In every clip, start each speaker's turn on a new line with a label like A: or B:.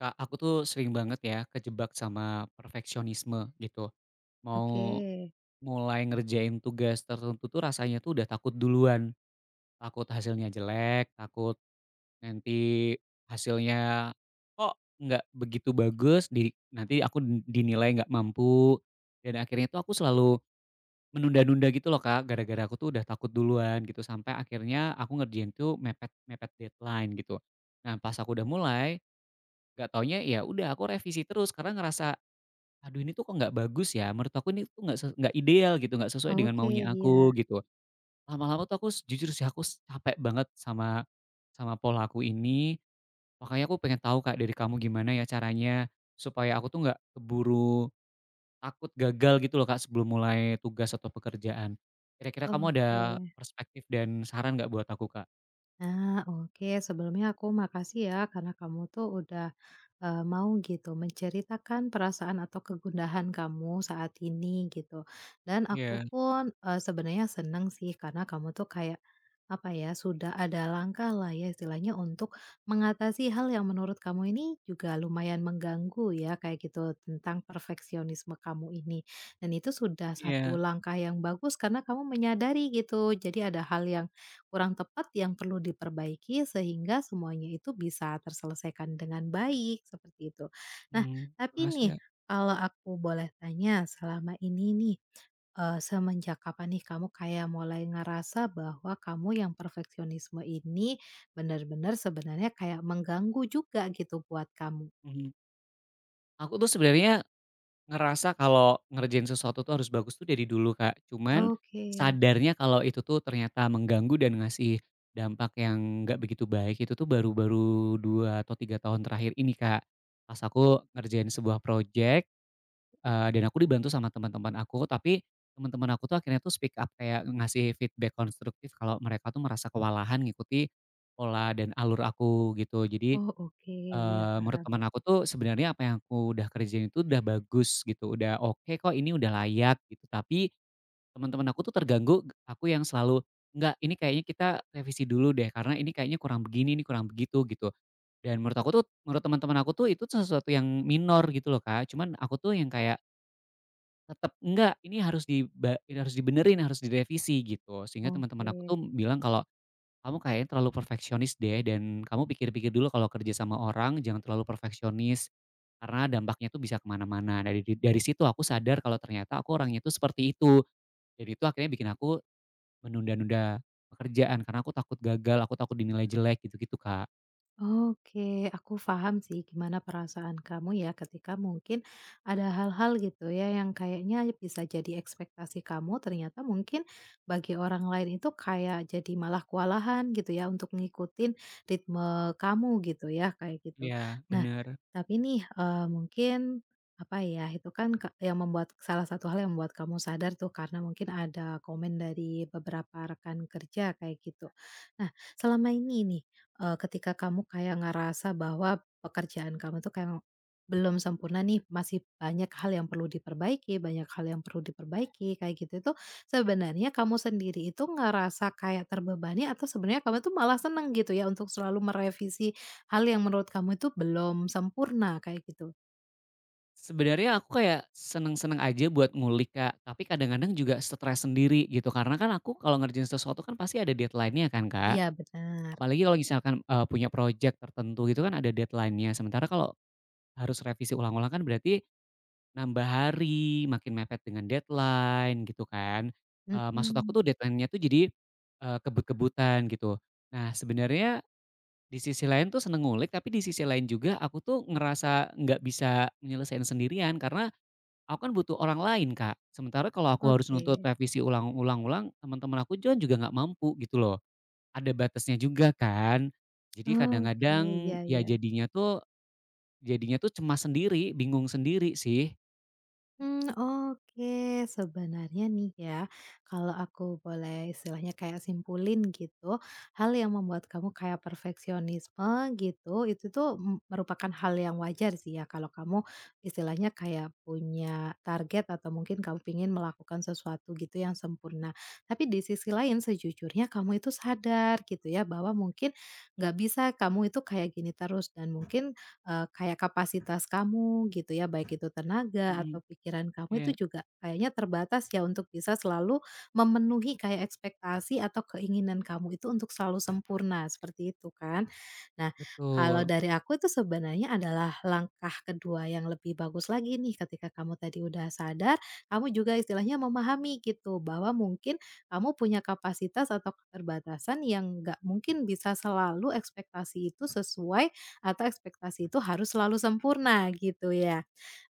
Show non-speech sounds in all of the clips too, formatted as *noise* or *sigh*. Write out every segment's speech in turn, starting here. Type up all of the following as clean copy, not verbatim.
A: Kak, aku tuh sering banget ya kejebak sama perfeksionisme gitu.
B: Oke,
A: Mau mulai ngerjain tugas tertentu tuh rasanya tuh udah takut duluan. Takut hasilnya jelek, takut nanti hasilnya kok nggak begitu bagus, di, nanti aku dinilai nggak mampu. Dan akhirnya tuh aku selalu menunda-nunda gitu loh kak, gara-gara aku tuh udah takut duluan gitu. Sampai akhirnya aku ngerjain tuh mepet-mepet deadline gitu. Nah pas aku udah mulai, gak taunya ya udah aku revisi terus karena ngerasa aduh ini tuh kok nggak bagus ya, menurut aku ini tuh nggak ideal gitu, nggak sesuai dengan
B: oke,
A: maunya
B: iya,
A: aku gitu. Lama-lama tuh aku s jujur sih aku s capek banget sama sama pola aku ini, makanya aku pengen tahu Kak dari kamu gimana ya caranya supaya aku tuh nggak keburu takut gagal gitu loh Kak sebelum mulai tugas atau pekerjaan. Kira-kira kamu ada
B: oke.
A: perspektif dan saran nggak buat aku Kak?
B: Nah, oke. Sebelumnya aku makasih ya karena kamu tuh udah, mau gitu menceritakan perasaan atau kegundahan kamu saat ini gitu. Dan aku
A: Iya,
B: pun, sebenarnya seneng sih karena kamu tuh kayak, apa ya, sudah ada langkah lah ya istilahnya untuk mengatasi hal yang menurut kamu ini juga lumayan mengganggu ya kayak gitu tentang perfeksionisme kamu ini. Dan itu sudah satu
A: iya,
B: langkah yang bagus karena kamu menyadari gitu. Jadi ada hal yang kurang tepat yang perlu diperbaiki sehingga semuanya itu bisa terselesaikan dengan baik, seperti itu. Nah,
A: mmm,
B: tapi
A: makasih,
B: nih
A: Kak.
B: kalau aku boleh tanya selama ini nih, semenjak kapan nih kamu kayak mulai ngerasa bahwa kamu yang perfeksionisme ini benar-benar sebenarnya kayak mengganggu juga gitu buat kamu?
A: Mhm. Aku tuh sebenarnya ngerasa kalau ngerjain sesuatu tuh harus bagus tuh dari dulu, Kak. Cuman
B: Oke.
A: sadarnya kalau itu tuh ternyata mengganggu dan ngasih dampak yang nggak begitu baik itu tuh baru-baru 2 atau 3 tahun terakhir ini, Kak. Pas aku ngerjain sebuah projek, dan aku dibantu sama teman-teman aku, tapi teman-teman aku tuh akhirnya tuh speak up kayak ngasih feedback konstruktif kalau mereka tuh merasa kewalahan ngikuti pola dan alur aku gitu. Jadi
B: Oh, oke. Ya
A: eee, menurut
B: paham.
A: teman aku tuh sebenarnya apa yang aku udah kerjain itu udah bagus gitu, udah oke kok ini udah layak gitu, tapi teman-teman aku tuh terganggu, aku yang selalu, "Enggak, ini kayaknya kita revisi dulu deh karena ini kayaknya kurang begini, ini kurang begitu," gitu. Dan menurut aku tuh menurut teman-teman aku tuh itu sesuatu yang minor gitu loh, Kak, cuman aku tuh yang kayak tetap, "Enggak, ini harus dibenerin, harus direvisi," gitu. Sehingga teman-teman aku tuh
B: Oke.
A: bilang kalau kamu kayaknya terlalu perfeksionis deh dan kamu pikir-pikir dulu kalau kerja sama orang jangan terlalu perfeksionis, karena dampaknya tuh bisa kemana mana. Dari situ aku sadar kalau ternyata aku orangnya tuh seperti itu, dan itu akhirnya bikin aku menunda-nunda pekerjaan karena aku takut gagal, aku takut dinilai jelek gitu-gitu, Kak.
B: Oke, aku paham sih gimana perasaan kamu ya ketika mungkin ada hal-hal gitu ya yang kayaknya bisa jadi ekspektasi kamu ternyata mungkin bagi orang lain itu kayak jadi malah kewalahan gitu ya untuk ngikutin ritme kamu gitu ya kayak gitu.
A: Ya,
B: Nah,
A: bener.
B: tapi nih mungkin apa ya itu kan yang membuat salah satu hal yang membuat kamu sadar tuh karena mungkin ada komen dari beberapa rekan kerja kayak gitu. Nah, selama ini nih, ketika kamu kayak ngerasa bahwa pekerjaan kamu tuh kayak belum sempurna nih, masih banyak hal yang perlu diperbaiki banyak hal yang perlu diperbaiki, kayak gitu itu sebenarnya kamu sendiri itu ngerasa kayak terbebani atau sebenarnya kamu tuh malah seneng gitu ya untuk selalu merevisi hal yang menurut kamu itu belum sempurna, kayak gitu?
A: Sebenarnya aku kayak seneng-seneng aja buat ngulik, Kak, tapi kadang-kadang juga stres sendiri gitu karena kan aku kalau ngerjain sesuatu kan pasti ada deadline-nya kan, Kak.
B: Iya benar,
A: Apalagi kalau misalkan, punya project tertentu gitu kan ada deadline-nya, sementara kalau harus revisi ulang-ulang kan berarti nambah hari, makin mepet dengan deadline gitu kan. Maksud aku
B: mhm,
A: tuh deadline-nya tuh jadi, kebut-kebutan gitu. Nah sebenarnya di sisi lain tuh seneng ngulik, tapi di sisi lain juga aku tuh ngerasa nggak bisa menyelesaikan sendirian karena aku kan butuh orang lain, Kak. Sementara kalau aku harus
B: oke
A: nuntut revisi ulang ulang ulang, teman-teman aku kan juga nggak mampu gitu loh. Ada batasnya juga kan. Jadi
B: oke,
A: kadang-kadang
B: ya
A: ya
B: ya.
A: jadinya tuh cemas sendiri, bingung sendiri sih.
B: Hmm, oke. Sebenarnya nih ya, kalau aku boleh istilahnya kayak simpulin gitu, hal yang membuat kamu kayak perfeksionisme gitu, itu tuh merupakan hal yang wajar sih ya kalau kamu istilahnya kayak punya target atau mungkin kamu ingin melakukan sesuatu gitu yang sempurna. Tapi di sisi lain sejujurnya kamu itu sadar gitu ya bahwa mungkin nggak bisa kamu itu kayak gini terus dan mungkin kayak kapasitas kamu gitu ya, baik itu tenaga
A: Mhm,
B: atau pikiran kamu
A: iya,
B: itu juga kayaknya terbatas ya untuk bisa selalu memenuhi kayak ekspektasi atau keinginan kamu itu untuk selalu sempurna, seperti itu kan? Nah, kalau
A: betul.
B: dari aku itu sebenarnya adalah langkah kedua yang lebih bagus lagi nih ketika kamu tadi udah sadar, kamu juga istilahnya memahami gitu bahwa mungkin kamu punya kapasitas atau keterbatasan yang nggak mungkin bisa selalu ekspektasi itu sesuai atau ekspektasi itu harus selalu sempurna gitu ya.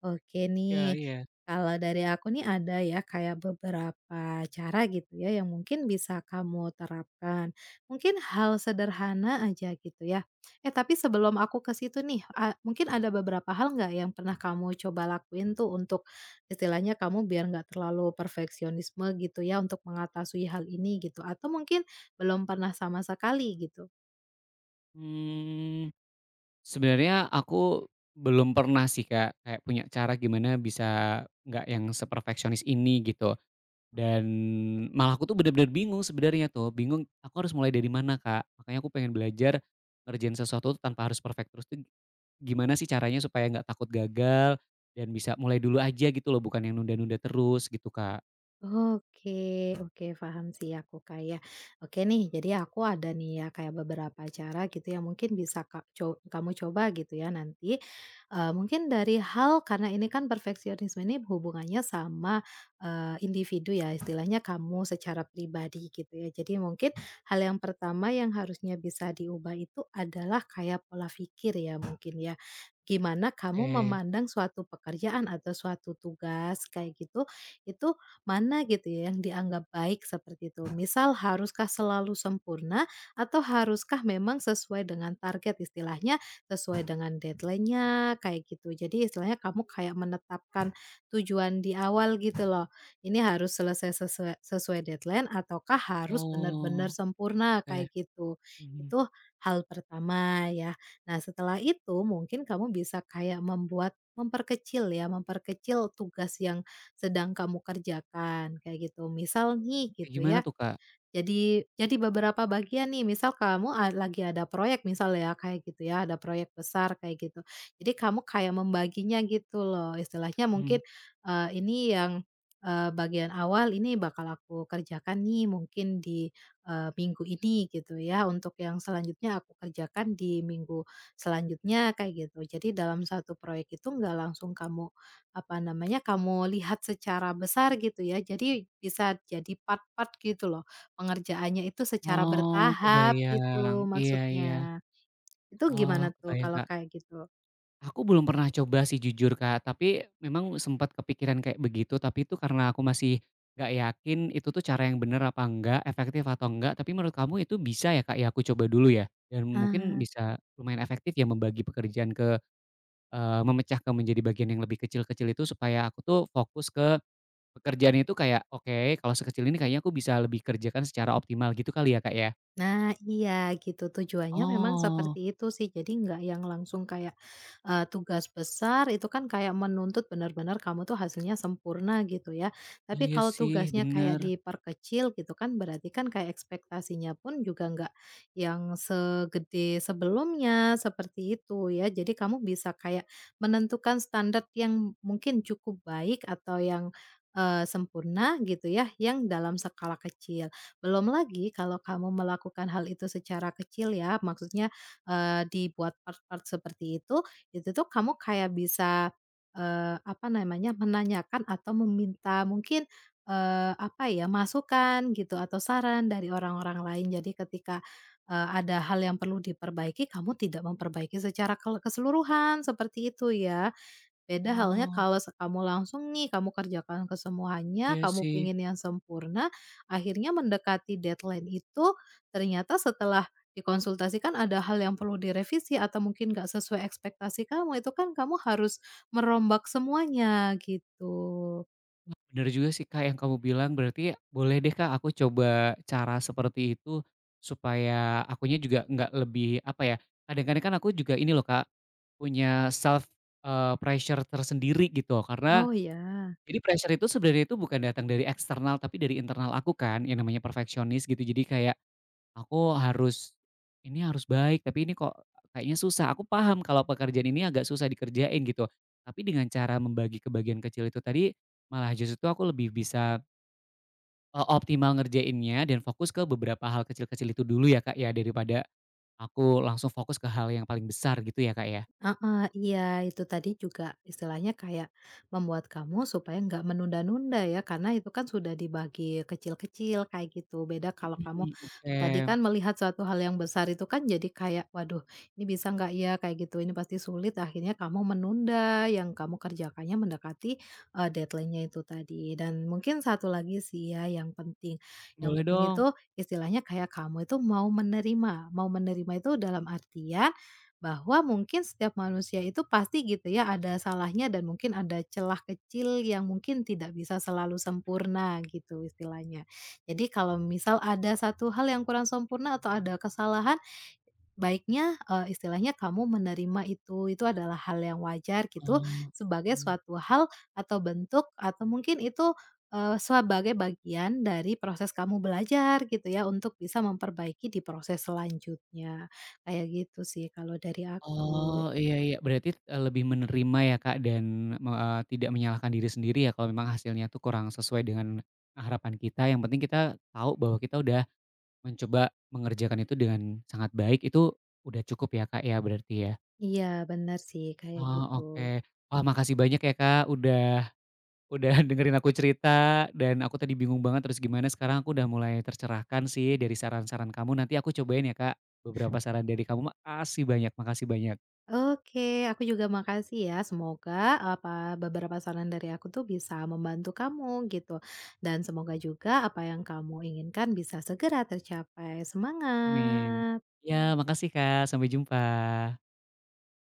B: Oke
A: Iya,
B: nih,
A: iya.
B: kalau dari aku nih ada ya kayak beberapa cara gitu ya yang mungkin bisa kamu terapkan. Mungkin hal sederhana aja gitu ya. Eh, tapi sebelum aku ke situ nih, mungkin ada beberapa hal nggak yang pernah kamu coba lakuin tuh untuk istilahnya kamu biar nggak terlalu perfeksionisme gitu ya untuk mengatasi hal ini gitu. Atau mungkin belum pernah sama sekali gitu.
A: Mmm, sebenarnya aku belum pernah sih Kak, kayak punya cara gimana bisa nggak yang seperfeksionis ini gitu. Dan malah aku tuh bener-bener bingung sebenarnya tuh, bingung aku harus mulai dari mana Kak. Makanya aku pengen belajar ngerjain sesuatu tanpa harus perfect terus tuh gimana sih caranya supaya nggak takut gagal dan bisa mulai dulu aja gitu loh, bukan yang nunda-nunda terus gitu, Kak?
B: Oke, oke paham sih aku kayak. Oke nih, jadi aku ada nih ya kayak beberapa cara gitu yang mungkin bisa Kak co kamu coba gitu ya nanti. Mungkin dari hal karena ini kan perfeksionisme ini hubungannya sama, individu ya istilahnya kamu secara pribadi gitu ya. Jadi mungkin hal yang pertama yang harusnya bisa diubah itu adalah kayak pola pikir ya mungkin ya. Gimana kamu
A: Oke.
B: memandang suatu pekerjaan atau suatu tugas kayak gitu, itu mana gitu ya yang dianggap baik seperti itu? Misal haruskah selalu sempurna atau haruskah memang sesuai dengan target istilahnya, sesuai dengan deadline-nya kayak gitu. Jadi istilahnya kamu kayak menetapkan tujuan di awal gitu loh. Ini harus selesai sesuai, sesuai deadline ataukah harus benar-benar
A: Oh,
B: sempurna
A: oke.
B: kayak gitu.
A: Mhm.
B: Itu hal pertama ya. Nah, setelah itu mungkin kamu bisa kayak memperkecil ya, memperkecil tugas yang sedang kamu kerjakan, kayak gitu. Misal nih
A: Kayak
B: gitu
A: gimana
B: ya,
A: tuh, Kak?
B: jadi beberapa bagian nih, misal kamu lagi ada proyek misal ya, kayak gitu ya, ada proyek besar kayak gitu. Jadi kamu kayak membaginya gitu loh, istilahnya mungkin,
A: Mhm.
B: ini yang, bagian awal ini bakal aku kerjakan nih mungkin di, minggu ini gitu ya, untuk yang selanjutnya aku kerjakan di minggu selanjutnya kayak gitu. Jadi dalam satu proyek itu nggak langsung kamu, apa namanya, kamu lihat secara besar gitu ya, jadi bisa jadi part-part gitu loh. Pengerjaannya itu secara
A: Oh,
B: bertahap
A: kebayang.
B: gitu
A: Iya, iya.
B: maksudnya. Itu
A: Oh,
B: gimana tuh
A: kebayang,
B: kalau
A: Kak.
B: kayak gitu?
A: Aku belum pernah coba sih jujur, Kak, tapi memang sempat kepikiran kayak begitu, tapi itu karena aku masih nggak yakin itu tuh cara yang bener apa enggak, efektif atau enggak, tapi menurut kamu itu bisa ya, Kak, ya aku coba dulu ya? Dan mungkin
B: Ah.
A: bisa lumayan efektif ya membagi pekerjaan ke memecahkan menjadi bagian yang lebih kecil-kecil itu supaya aku tuh fokus ke pekerjaan itu kayak, "Oke, kalau sekecil ini kayaknya aku bisa lebih kerjakan secara optimal," gitu kali ya, Kak, ya?
B: Nah, iya gitu tujuannya memang
A: Oh,
B: seperti itu sih. Jadi nggak yang langsung kayak, tugas besar itu kan kayak menuntut benar-benar kamu tuh hasilnya sempurna gitu ya. Tapi
A: iya
B: kalau
A: sih,
B: tugasnya
A: bener.
B: kayak diperkecil gitu kan berarti kan kayak ekspektasinya pun juga nggak yang segede sebelumnya, seperti itu ya. Jadi kamu bisa kayak menentukan standar yang mungkin cukup baik atau yang, sempurna gitu ya, yang dalam skala kecil. Belum lagi kalau kamu melakukan hal itu secara kecil ya, maksudnya, dibuat part-part seperti itu tuh kamu kayak bisa, apa namanya, menanyakan atau meminta mungkin, apa ya, masukan gitu atau saran dari orang-orang lain. Jadi ketika, ada hal yang perlu diperbaiki, kamu tidak memperbaiki secara keseluruhan, seperti itu ya. Beda halnya
A: Oh,
B: kalau kamu langsung nih, kamu kerjakan kesemuanya,
A: iya
B: kamu
A: sih.
B: pengen yang sempurna, akhirnya mendekati deadline itu, ternyata setelah dikonsultasikan ada hal yang perlu direvisi atau mungkin nggak sesuai ekspektasi kamu, itu kan kamu harus merombak semuanya gitu.
A: Wah, bener juga sih, Kak, yang kamu bilang. Berarti boleh deh, Kak, aku coba cara seperti itu supaya akunya juga nggak lebih apa ya, kadang-kadang kan aku juga ini loh, Kak, punya self, pressure tersendiri gitu karena
B: Oh, ya.
A: jadi pressure itu sebenarnya itu bukan datang dari eksternal, tapi dari internal aku kan, yang namanya perfeksionis gitu. Jadi kayak aku harus, ini harus baik, tapi ini kok kayaknya susah. Aku paham kalau pekerjaan ini agak susah dikerjain gitu. Tapi dengan cara membagi ke bagian kecil itu tadi, malah justru itu aku lebih bisa optimal ngerjainnya dan fokus ke beberapa hal kecil-kecil itu dulu ya Kak ya, daripada aku langsung fokus ke hal yang paling besar gitu ya Kak ya?
B: Heeh, iya itu tadi juga istilahnya kayak membuat kamu supaya nggak menunda-nunda ya karena itu kan sudah dibagi kecil-kecil kayak gitu. Beda kalau kamu
A: Mhm, oke.
B: tadi kan melihat suatu hal yang besar itu kan jadi kayak waduh ini bisa nggak ya kayak gitu ini pasti sulit akhirnya kamu menunda yang kamu kerjakannya mendekati deadline-nya itu tadi. Dan mungkin satu lagi sih ya yang penting. Yang
A: Boleh
B: penting
A: dong.
B: itu istilahnya kayak kamu itu mau menerima. Mau menerima itu dalam artian bahwa mungkin setiap manusia itu pasti gitu ya ada salahnya dan mungkin ada celah kecil yang mungkin tidak bisa selalu sempurna gitu istilahnya. Jadi kalau misal ada satu hal yang kurang sempurna atau ada kesalahan, baiknya, istilahnya kamu menerima itu adalah hal yang wajar gitu,
A: Oh.
B: sebagai
A: Mmm.
B: suatu hal atau bentuk atau mungkin itu, sebagai bagian dari proses kamu belajar gitu ya, untuk bisa memperbaiki di proses selanjutnya. Kayak gitu sih kalau dari aku.
A: Oh, iya, iya. Berarti, lebih menerima ya, Kak, dan tidak menyalahkan diri sendiri ya, kalau memang hasilnya tuh kurang sesuai dengan harapan kita, yang penting kita tahu bahwa kita udah mencoba mengerjakan itu dengan sangat baik, itu udah cukup ya, Kak, ya, berarti ya?
B: Iya benar sih, kayak gitu.
A: Oh, oke. Wah, makasih banyak ya, Kak, udah *laughs* dengerin aku cerita, dan aku tadi bingung banget terus gimana, sekarang aku udah mulai tercerahkan sih dari saran-saran kamu, nanti aku cobain ya, Kak, beberapa saran dari kamu. Makasih banyak, makasih banyak.
B: Oke, aku juga makasih ya. Semoga apa beberapa saran dari aku tuh bisa membantu kamu gitu. Dan semoga juga apa yang kamu inginkan bisa segera tercapai.
A: Amin.
B: Semangat.
A: Ya, makasih Kak, sampai jumpa.